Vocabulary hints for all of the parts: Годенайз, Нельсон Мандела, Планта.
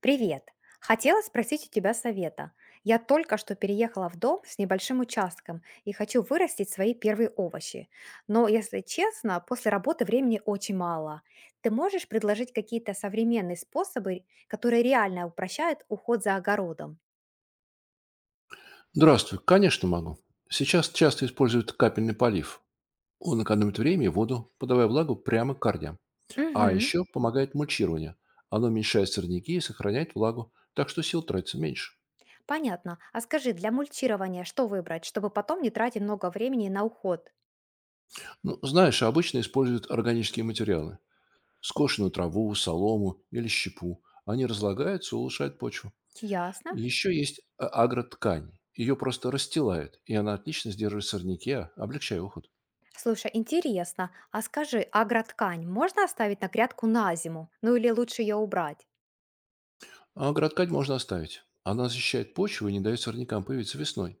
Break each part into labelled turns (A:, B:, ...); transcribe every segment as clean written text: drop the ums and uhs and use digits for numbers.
A: Привет! Хотела спросить у тебя совета. Я только что переехала в дом с небольшим участком и хочу вырастить свои первые овощи. Но, если честно, после работы времени очень мало. Ты можешь предложить какие-то современные способы, которые реально упрощают уход за огородом?
B: Здравствуй. Конечно, могу. Сейчас часто используют капельный полив. Он экономит время и воду, подавая влагу прямо к корням. А
A: Мгм.
B: еще помогает мульчирование. Оно уменьшает сорняки и сохраняет влагу, так что сил тратится меньше.
A: Понятно. А скажи, для мульчирования что выбрать, чтобы потом не тратить много времени на уход?
B: Ну, знаешь, обычно используют органические материалы. Скошенную траву, солому или щепу. Они разлагаются и улучшают почву.
A: Ясно.
B: Еще есть агроткань. Ее просто расстилают, и она отлично сдерживает сорняки, облегчая уход.
A: Слушай, интересно, а скажи, агроткань можно оставить на грядку на зиму? Ну или лучше ее убрать?
B: А гроткать можно оставить. Она защищает почву и не дает сорнякам появиться весной.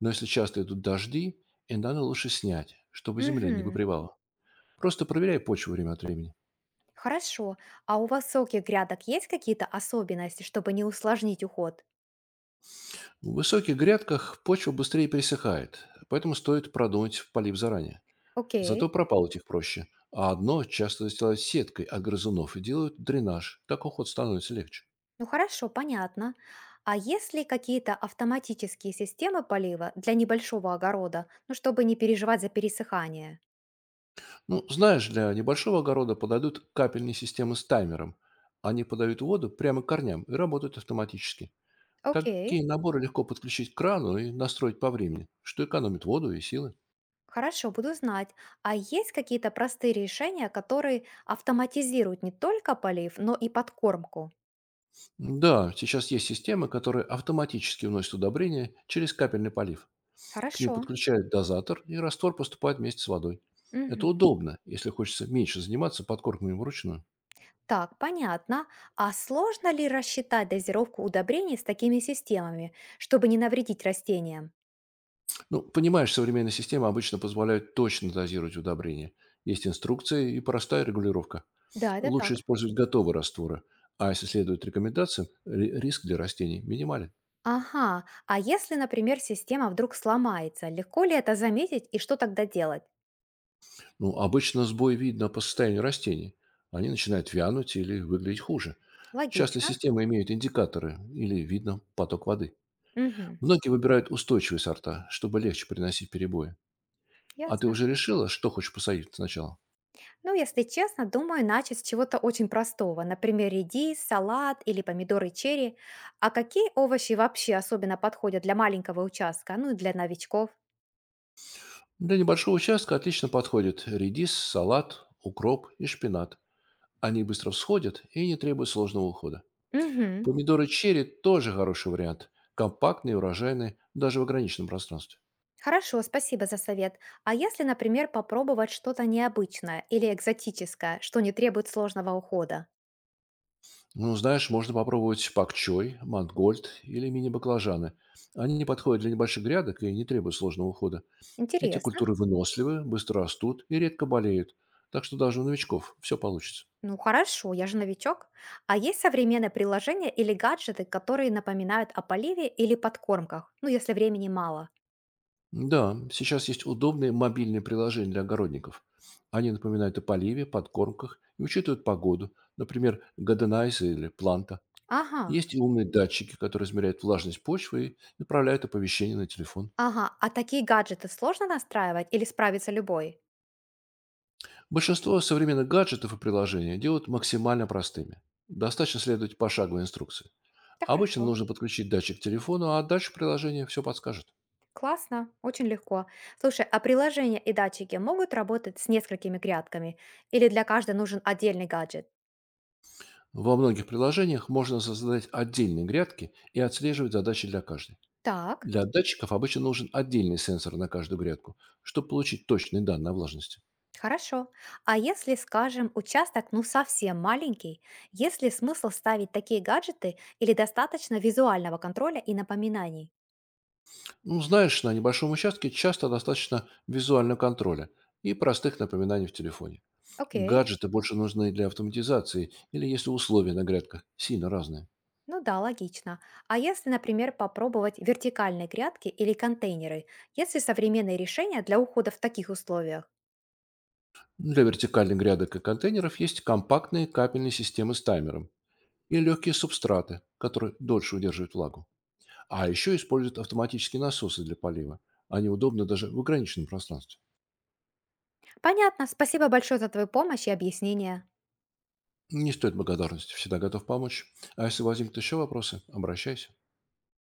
B: Но если часто идут дожди, иногда лучше снять, чтобы земля не
A: Мгм.
B: выпривала. Просто проверяй почву время от времени.
A: Хорошо. А у высоких грядок есть какие-то особенности, чтобы не усложнить уход?
B: В высоких грядках почва быстрее пересыхает, поэтому стоит продумать полив заранее. Зато
A: Окей.
B: прополоть их проще. А одно часто застилают сеткой от грызунов и делают дренаж. Так уход становится легче.
A: Ну хорошо, понятно. А есть ли какие-то автоматические системы полива для небольшого огорода, ну чтобы не переживать за пересыхание?
B: Ну, знаешь, для небольшого огорода подойдут капельные системы с таймером. Они подают воду прямо к корням и работают автоматически.
A: Окей.
B: Такие наборы легко подключить к крану и настроить по времени, что экономит воду и силы.
A: Хорошо, буду знать. А есть какие-то простые решения, которые автоматизируют не только полив, но и подкормку?
B: Да, сейчас есть системы, которые автоматически вносят удобрения через капельный полив. К ним
A: Хорошо.
B: подключают дозатор, и раствор поступает вместе с водой. Это
A: Мгм.
B: удобно, если хочется меньше заниматься подкормками вручную.
A: Так, понятно. А сложно ли рассчитать дозировку удобрений с такими системами, чтобы не навредить растениям?
B: Ну, понимаешь, современные системы обычно позволяют точно дозировать удобрения. Есть инструкции и простая регулировка.
A: Да, это
B: Лучше
A: так.
B: использовать готовые растворы, а если следует рекомендациям, риск для растений минимален.
A: Ага. А если, например, система вдруг сломается, легко ли это заметить и что тогда делать?
B: Ну, обычно сбой видно по состоянию растений. Они начинают вянуть или выглядеть хуже. Часто
A: Логично.
B: системы имеют индикаторы или видно поток воды.
A: Мгм.
B: Многие выбирают устойчивые сорта, чтобы легче приносить перебои. А ты
A: Ясно.
B: уже решила, что хочешь посадить сначала?
A: Ну, если честно, думаю, начать с чего-то очень простого. Например, редис, салат или помидоры черри. А какие овощи вообще особенно подходят для маленького участка, ну и для новичков?
B: Для небольшого участка отлично подходят редис, салат, укроп и шпинат. Они быстро всходят и не требуют сложного ухода.
A: Угу.
B: Помидоры черри тоже хороший вариант. Компактные, урожайные, даже в ограниченном пространстве.
A: Хорошо, спасибо за совет. А если, например, попробовать что-то необычное или экзотическое, что не требует сложного ухода?
B: Ну, знаешь, можно попробовать пакчой, мангольд или мини-баклажаны. Они не подходят для небольших грядок и не требуют сложного ухода. Эти
A: Интересно.
B: культуры выносливы, быстро растут и редко болеют. Так что даже у новичков все получится.
A: Ну хорошо, я же новичок. А есть современные приложения или гаджеты, которые напоминают о поливе или подкормках? Ну, если времени мало.
B: Да, сейчас есть удобные мобильные приложения для огородников. Они напоминают о поливе, подкормках и учитывают погоду. Например, Годенайз или Планта.
A: Ага,
B: Есть и умные датчики, которые измеряют влажность почвы и направляют оповещение на телефон.
A: ага. А такие гаджеты сложно настраивать или справится любой?
B: Большинство современных гаджетов и приложений делают максимально простыми. Достаточно следовать пошаговой инструкции.
A: Да
B: Обычно
A: хорошо.
B: нужно подключить датчик к телефону, а дальше приложение все подскажет.
A: Классно, очень легко. Слушай, а приложения и датчики могут работать с несколькими грядками? Или для каждой нужен отдельный гаджет?
B: Во многих приложениях можно создать отдельные грядки и отслеживать задачи для каждой.
A: Так.
B: Для датчиков обычно нужен отдельный сенсор на каждую грядку, чтобы получить точные данные о влажности.
A: Хорошо. А если, скажем, участок ну совсем маленький, есть ли смысл ставить такие гаджеты или достаточно визуального контроля и напоминаний?
B: Ну, знаешь, на небольшом участке часто достаточно визуального контроля и простых напоминаний в телефоне.
A: Окей.
B: Гаджеты больше нужны для автоматизации или если условия на грядках сильно разные.
A: Ну да, логично. А если, например, попробовать вертикальные грядки или контейнеры? Есть ли современные решения для ухода в таких условиях?
B: Для вертикальных грядок и контейнеров есть компактные капельные системы с таймером и легкие субстраты, которые дольше удерживают влагу. А еще используют автоматические насосы для полива. Они удобны даже в ограниченном пространстве.
A: Понятно. Спасибо большое за твою помощь и объяснение.
B: Не стоит благодарности, всегда готов помочь. А если возникнут еще вопросы, обращайся.